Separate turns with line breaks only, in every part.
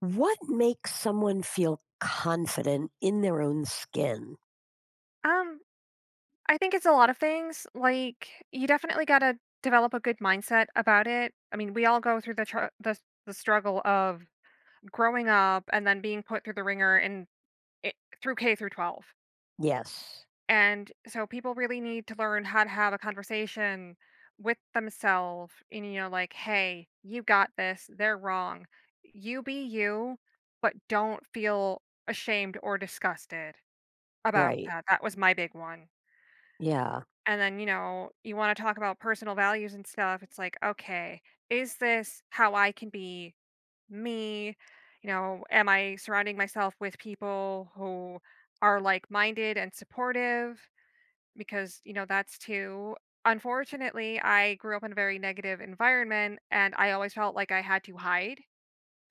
What makes someone feel confident in their own skin?
Um, I think it's a lot of things. Like, you definitely gotta develop a good mindset about it. I mean, we all go through the the struggle of growing up and then being put through the ringer and it, through K through 12.
Yes.
And so people really need to learn how to have a conversation with themselves and you know like, "Hey, you got this. They're wrong. You be you, but don't feel ashamed or disgusted about
Right.
that." That was my big one.
Yeah.
And then you know you want to talk about personal values and stuff, it's like, okay, is this how I can be me? You know, am I surrounding myself with people who are like-minded and supportive? Because you know that's too— unfortunately, I grew up in a very negative environment and I always felt like I had to hide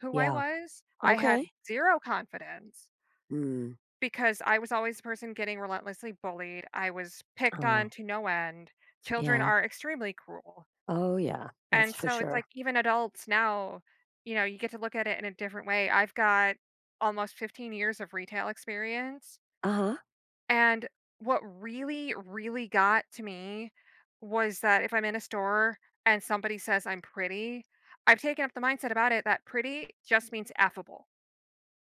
who I
Yeah.
was. I had
Okay.
zero confidence
Mm.
because I was always the person getting relentlessly bullied, I was picked on
Oh,
to no end, children
yeah.
are extremely cruel,
Oh, yeah. That's
and
for
so it's
sure.
like, even adults now, you know, you get to look at it in a different way. I've got almost 15 years of retail experience,
Uh huh.
and what really, really got to me was that if I'm in a store and somebody says I'm pretty, I've taken up the mindset about it that pretty just means affable,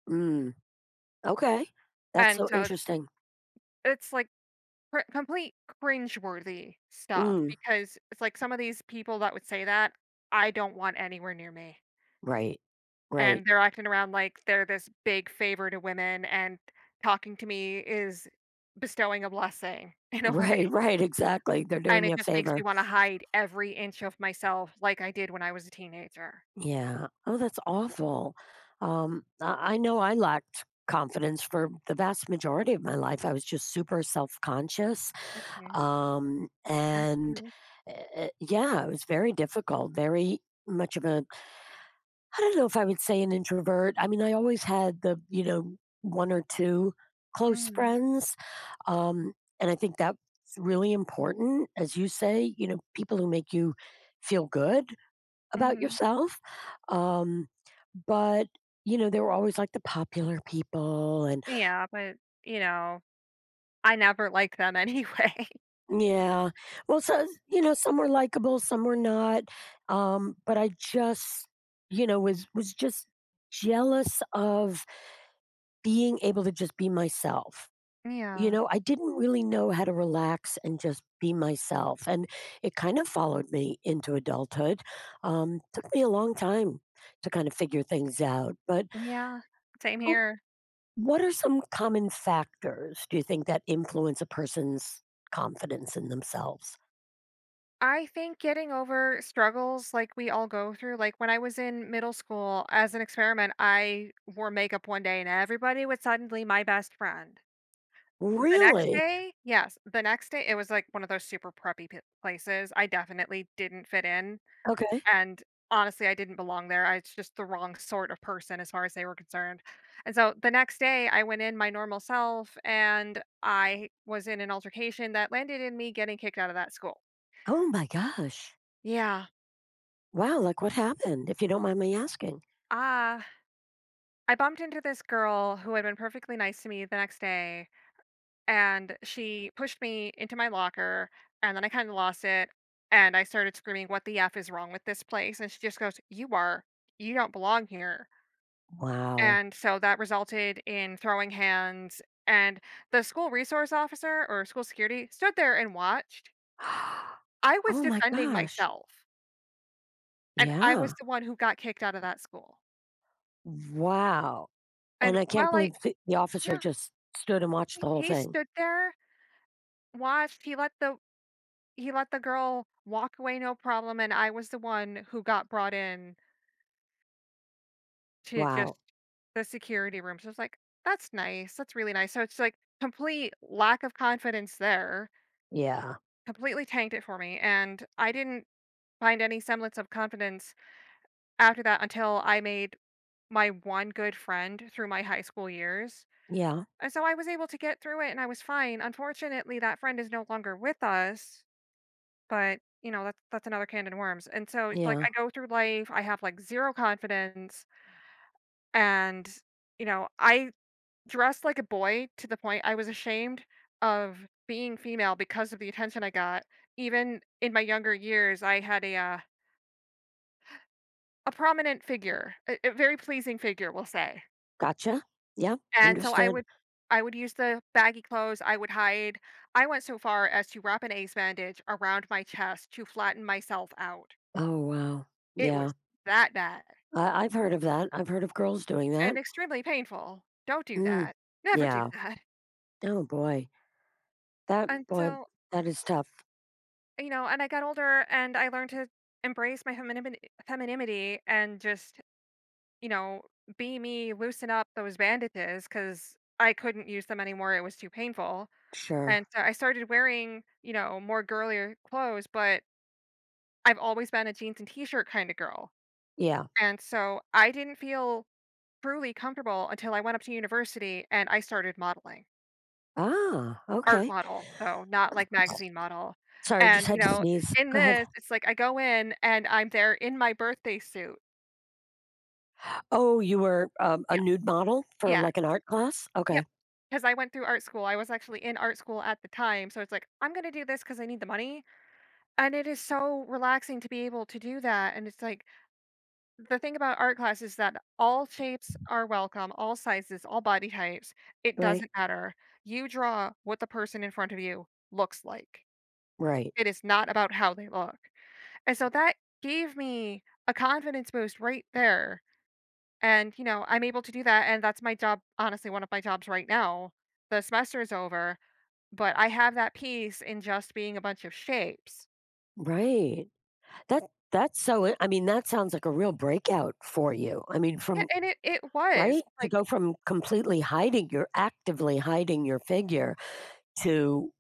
Mm. Okay. That's
and
so
so it's
interesting.
it's like, Cr— complete cringeworthy stuff,
Mm.
because it's like some of these people that would say that, I don't want anywhere near me,
Right. Right.
and they're acting around like they're this big favor to women, and talking to me is bestowing a blessing in a way,
Right. Right. Exactly. They're
and
doing you
it
a
just makes me
favor.
wanna hide every inch of myself like I did when I was a teenager.
Yeah. Oh, that's awful. I know I lacked confidence for the vast majority of my life. I was just super self conscious.
Mhm, that
And
too.
Yeah, it was very difficult, very much of a, I don't know if I would say an introvert. I mean, I always had the one or two close
Mhm,
friends. Um, and I think that's really important, as you say, you know, people who make you feel good about
mhm.
yourself. Um, but, you know, they were always like the popular people. And
Yeah, but, you know, I never liked them anyway.
yeah. Well, so, you know, some were likable, some were not. But I just, you know, was just jealous of being able to just be myself. You
Yeah,
know, I didn't really know how to relax and just be myself. And it kind of followed me into adulthood. Took me a long time to kind of figure things out. But
yeah, same
w-
here.
what are some common factors do you think that influence a person's confidence in themselves?
I think getting over struggles like we all go through, like when I was in middle school, as an experiment, I wore makeup one day and everybody was suddenly my best friend. The next
Really?
day— yes, the next day, it was like one of those super preppy p- places. I definitely didn't fit in.
Okay.
And honestly, I didn't belong there. I was just the wrong sort of person as far as they were concerned. And so the next day, I went in my normal self and I was in an altercation that landed in me getting kicked out of that school.
Oh my gosh.
Yeah.
Wow, like what happened? If you don't mind me asking.
Ah. I bumped into this girl who had been perfectly nice to me the next day, and she pushed me into my locker, and then I kind of lost it. And I started screaming, "What the F is wrong with this place?" And she just goes, "You are, you don't belong here."
Wow.
And so that resulted in throwing hands. And the school resource officer or school security stood there and watched. I was
Oh my
defending
gosh.
myself, and I
Yeah.
was the one who got kicked out of that school.
Wow.
And
And I can't
while I—
believe the officer
yeah,
just stood and watched the
he
whole
he
thing.
stood there, watched, He let the girl walk away, no problem, and I was the one who got brought in to just
Wow.
the security room. So it's like, that's nice. That's really nice. So it's like complete lack of confidence there,
Yeah.
completely tanked it for me. And I didn't find any semblance of confidence after that until I made my one good friend through my high school years.
Yeah.
And so I was able to get through it and I was fine. Unfortunately, that friend is no longer with us. But, you know, that's another can of worms, and so it's like,
Yeah.
I go through life, I have, like, 0 confidence, and, you know, I dressed like a boy to the point I was ashamed of being female because of the attention I got. Even in my younger years, I had a prominent figure, a very pleasing figure, we'll say,
Gotcha. Yeah.
and so I
Understood.
would— I would use the baggy clothes, I would hide— I went so far as to wrap an ace bandage around my chest to flatten myself out.
Oh, wow.
It
Yeah.
was that bad.
I've heard of that. I've heard of girls doing that.
And extremely painful. Don't do
Mm.
that. Never do
Yeah.
that.
Oh boy. That
And
boy,
so,
that is tough.
you know, and I got older and I learned to embrace my femininity and just, you know, be me, loosen up those bandages because I couldn't use them anymore. It was too painful.
Sure.
And so I started wearing, you know, more girlier clothes, but I've always been a jeans and t shirt kind of girl.
Yeah.
And so I didn't feel truly comfortable until I went up to university and I started modeling.
Ah,
Art
okay.
model, though, not, like, magazine model,
Sorry, just
and, you
had to
know,
sneeze.
in
Go ahead.
this, it's like I go in and I'm there in my birthday suit.
Oh, you were, a
Yeah.
nude model for,
Yes.
like, an art class?
Yep.
Okay.
Because I went through art school. I was actually in art school at the time, so it's like, "I'm gonna do this because I need the money," and it is so relaxing to be able to do that, and it's like, the thing about art class is that all shapes are welcome, all sizes, all body types. It
Right.
doesn't matter. You draw what the person in front of you looks like.
Right.
It is not about how they look. And so that gave me a confidence boost right there. And, you know, I'm able to do that. And that's my job, honestly, one of my jobs right now. The semester is over, but I have that piece in just being a bunch of shapes.
Right. That that's so I mean, that sounds like a real breakout for you. I mean,
Yeah,
from
and it was
right? To
like—
go from completely hiding your actively hiding your figure to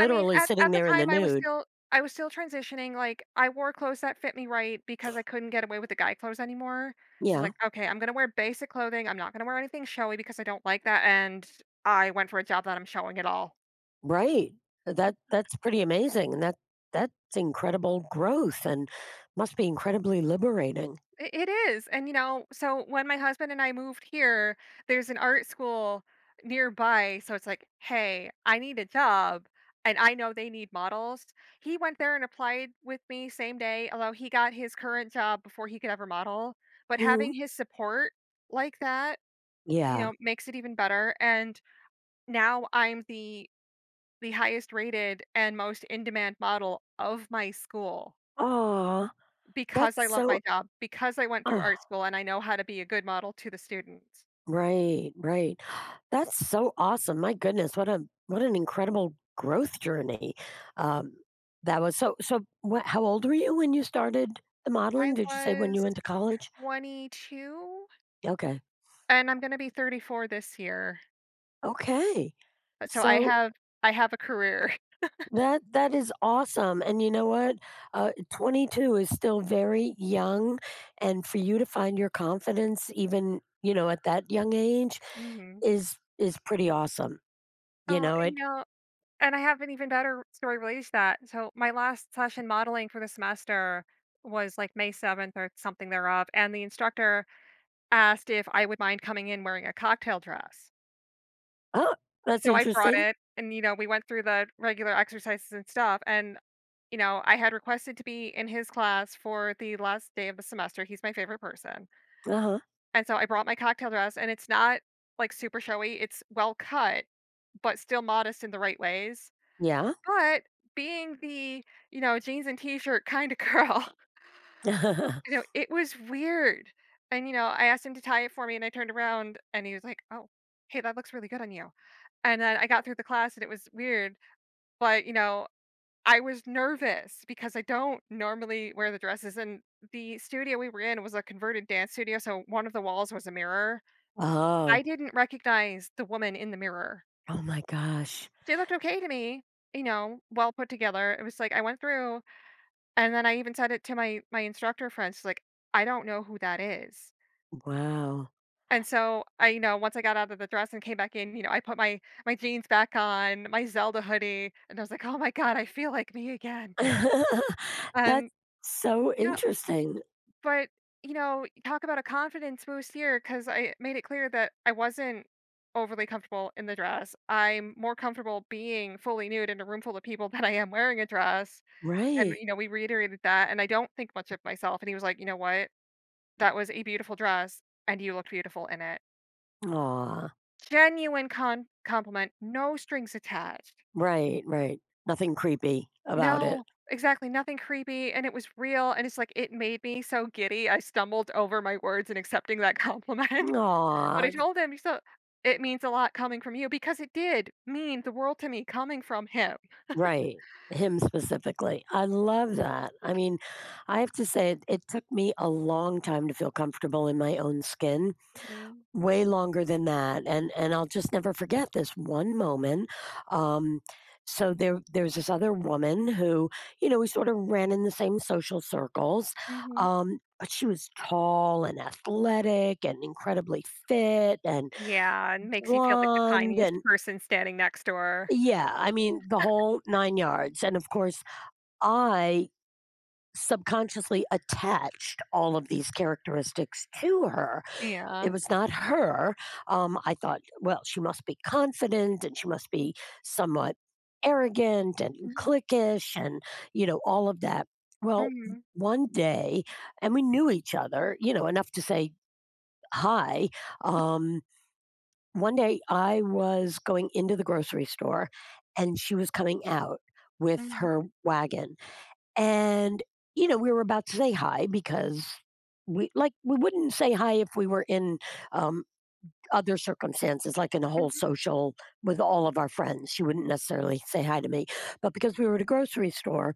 I mean,
sitting
at the
there in the
time I was
nude.
still— I was still transitioning. Like, I wore clothes that fit me right because I couldn't get away with the guy clothes anymore. So it's
Yeah.
like, okay, I'm going to wear basic clothing. I'm not going to wear anything showy because I don't like that. And I went for a job that I'm showing at all.
Right. That that's pretty amazing, and that that's incredible growth and must be incredibly liberating.
I— it is. And you know, so when my husband and I moved here, there's an art school nearby. So it's like, hey, I need a job and I know they need models. He went there and applied with me same day, although he got his current job before he could ever model. But
Mhm.
having his support like that, you
Yeah.
know, makes it even better. And now I'm the highest rated and most in demand model of my school.
Aw.
Because
That's
I love
so
my job, because I went through art
ah,
school and I know how to be a good model to the students.
right, right. That's so awesome. My goodness, what a what an incredible growth journey. Um, that was so so what how old were you when you started the
I
modeling? Did you say when you
was
went to college?
22
Okay.
and I'm gonna be 34 this year.
Okay.
So I
So
have— I have a career.
that that is awesome. And you know what? Uh, 22 is still very young and for you to find your confidence even, you know, at that young age
Mhm.
is pretty awesome. You
Oh,
know,
and,
it
you know, and I have an even better story related to that. So, my last session modeling for the semester was, like, May 7th or something thereof, and the instructor asked if I would mind coming in wearing a cocktail dress.
Oh, that's
So I brought
interesting.
it, and, you know, we went through the regular exercises and stuff, and you know, I had requested to be in his class for the last day of the semester. He's my favorite person.
Uh-huh.
And so I brought my cocktail dress, and it's not like super showy, it's well cut, but still modest in the right ways.
Yeah.
But being the, you know, jeans and t shirt kind of girl, you know, it was weird. And, you know, I asked him to tie it for me, and I turned around and he was like, oh, hey, that looks really good on you. And then I got through the class, and it was weird. But, you know, I was nervous because I don't normally wear the dresses, and the studio we were in was a converted dance studio, so one of the walls was a mirror.
Oh.
I didn't recognize the woman in the mirror.
Oh my gosh.
She looked okay to me, you know, well put together. It was like I went through, and then I even said it to my instructor friend. She's like, "I don't know who that is."
Wow.
And so I, you know, once I got out of the dress and came back in, you know, I put my jeans back on, my Zelda hoodie, and I was like, "Oh my god, I feel like me again."
That's
And
so
yeah,
interesting.
but, you know, talk about a confidence boost here, because I made it clear that I wasn't overly comfortable in the dress. I'm more comfortable being fully nude in a room full of people than I am wearing a dress, and,
Right.
you know, we reiterated that, and I don't think much of myself, and he was like, "You know what? That was a beautiful dress, and you looked beautiful in it."
Aw.
Genuine con— compliment, no strings attached.
Right, right. Nothing creepy about it.
No, exactly, nothing creepy, and it was real, and it's like, it made me so giddy, I stumbled over my words in accepting that compliment. But I
Aw.
told him, so it means a lot coming from you, because it did mean the world to me coming from him.
Right. Him specifically. I love that. I mean, I have to say it, it took me a long time to feel comfortable in my own skin.
Mhm,
Way longer than that, and I'll just never forget this one moment, um, so there's this other woman who, you know, we sort of ran in the same social circles,
mhm.
but she was tall and athletic and incredibly fit and
Yeah, and makes you feel like the
blonde
tiniest
and
person standing next door.
yeah, I mean, the whole 9 yards, and of course, I subconsciously attached all of these characteristics to her. It
Yeah.
was not her. I thought, well, she must be confident and she must be somewhat arrogant and
Mhm,
cliquish and, you know, all of that. Well,
mhm,
one day, and we knew each other, you know, enough to say hi. Um, One day I was going into the grocery store and she was coming out with
mhm,
her wagon. And, you know, we were about to say hi because we like we wouldn't say hi if we were in um, other circumstances, like in a whole
mhm.
social with all of our friends. She wouldn't necessarily say hi to me. But because we were at a grocery store,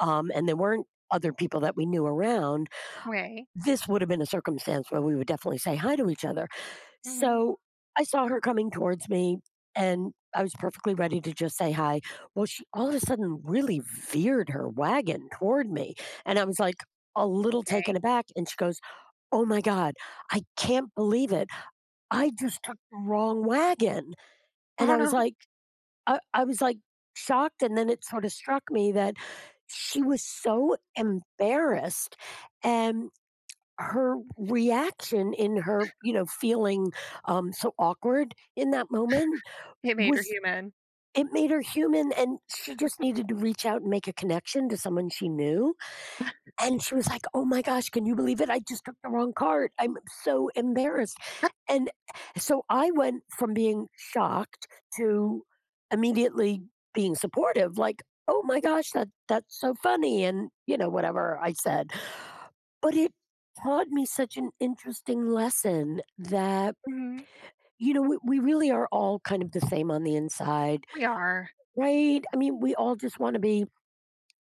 and there weren't other people that we knew around,
Way.
this would have been a circumstance where we would definitely say hi to each other.
Mhm.
So I saw her coming towards me and I was perfectly ready to just say hi. Well, she all of a sudden really veered her wagon toward me. And I was like, a little taken
Okay.
aback. And she goes, "Oh my God, I can't believe it. I just took the wrong wagon," and
Oh,
I was
no.
like I was, like, shocked, and then it sort of struck me that she was so embarrassed, and her reaction in her, you know, feeling, so awkward in that moment
It made her
was
human.
it made her human, and she just needed to reach out and make a connection to someone she knew, and she was like, "Oh my gosh, can you believe it? I just took the wrong cart. I'm so embarrassed." And eh, so I went from being shocked to immediately being supportive, like, "Oh my gosh, that that's so funny," and, you know, whatever I said. But it taught me such an interesting lesson that,
Mhm.
you know, we really are all kind of the same on the inside,
We are.
right? I mean, we all just want to be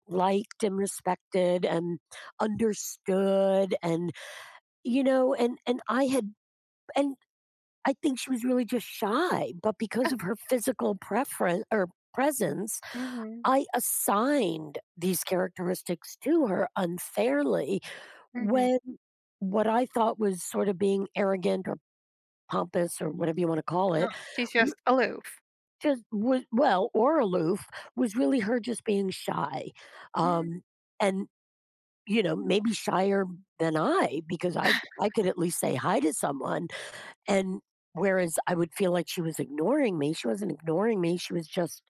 liked and respected and understood and you know and I think she was really just shy, but because of her physical preference or presence,
Mhm,
I assigned these characteristics to her unfairly
mhm.
when what I thought was sort of being arrogant or pompous or whatever you want to call it,
Oh, she's
w-
just aloof.
just was, well, or aloof was really her just being shy.
Mhm.
Um, and you know, maybe shyer than I, because I I could at least say hi to someone. And whereas I would feel like she was ignoring me, she wasn't ignoring me. She was just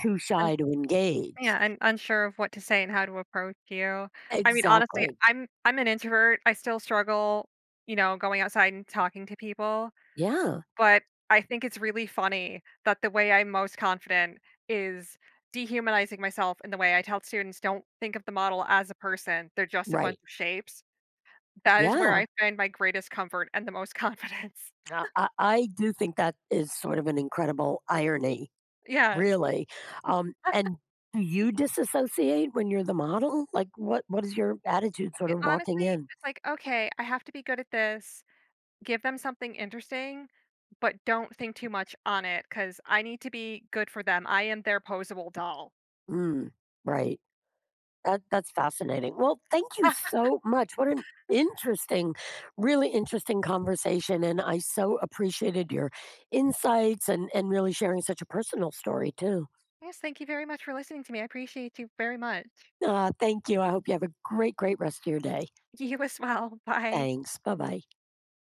too shy to engage.
Yeah, and unsure of what to say and how to approach you. I mean, honestly,
Exactly.
I'm an introvert. I still struggle, you know, going outside and talking to people,
Yeah.
but I think it's really funny that the way I'm most confident is dehumanizing myself in the way I tell students, don't think of the model as a person. They're just a bunch
Right.
of shapes. That is where
Yeah.
I find my greatest comfort and the most confidence.
I do think that is sort of an incredible irony,
Yes.
really. And do you disassociate when you're the model? Like, what is your attitude sort
It—
of walking
honestly,
in?
it's like, okay, I have to be good at this. Give them something interesting, but don't think too much on it because I need to be good for them. I am their posable doll.
Mm, right. That that's fascinating. Well, thank you
Ah,
so much. What an interesting, really interesting conversation, and I so appreciated your insights and really sharing such a personal story too.
yes, thank you very much for listening to me. I appreciate you very much.
Thank you. I hope you have a great, great rest of your day.
You as well. Bye.
Thanks. Bye bye.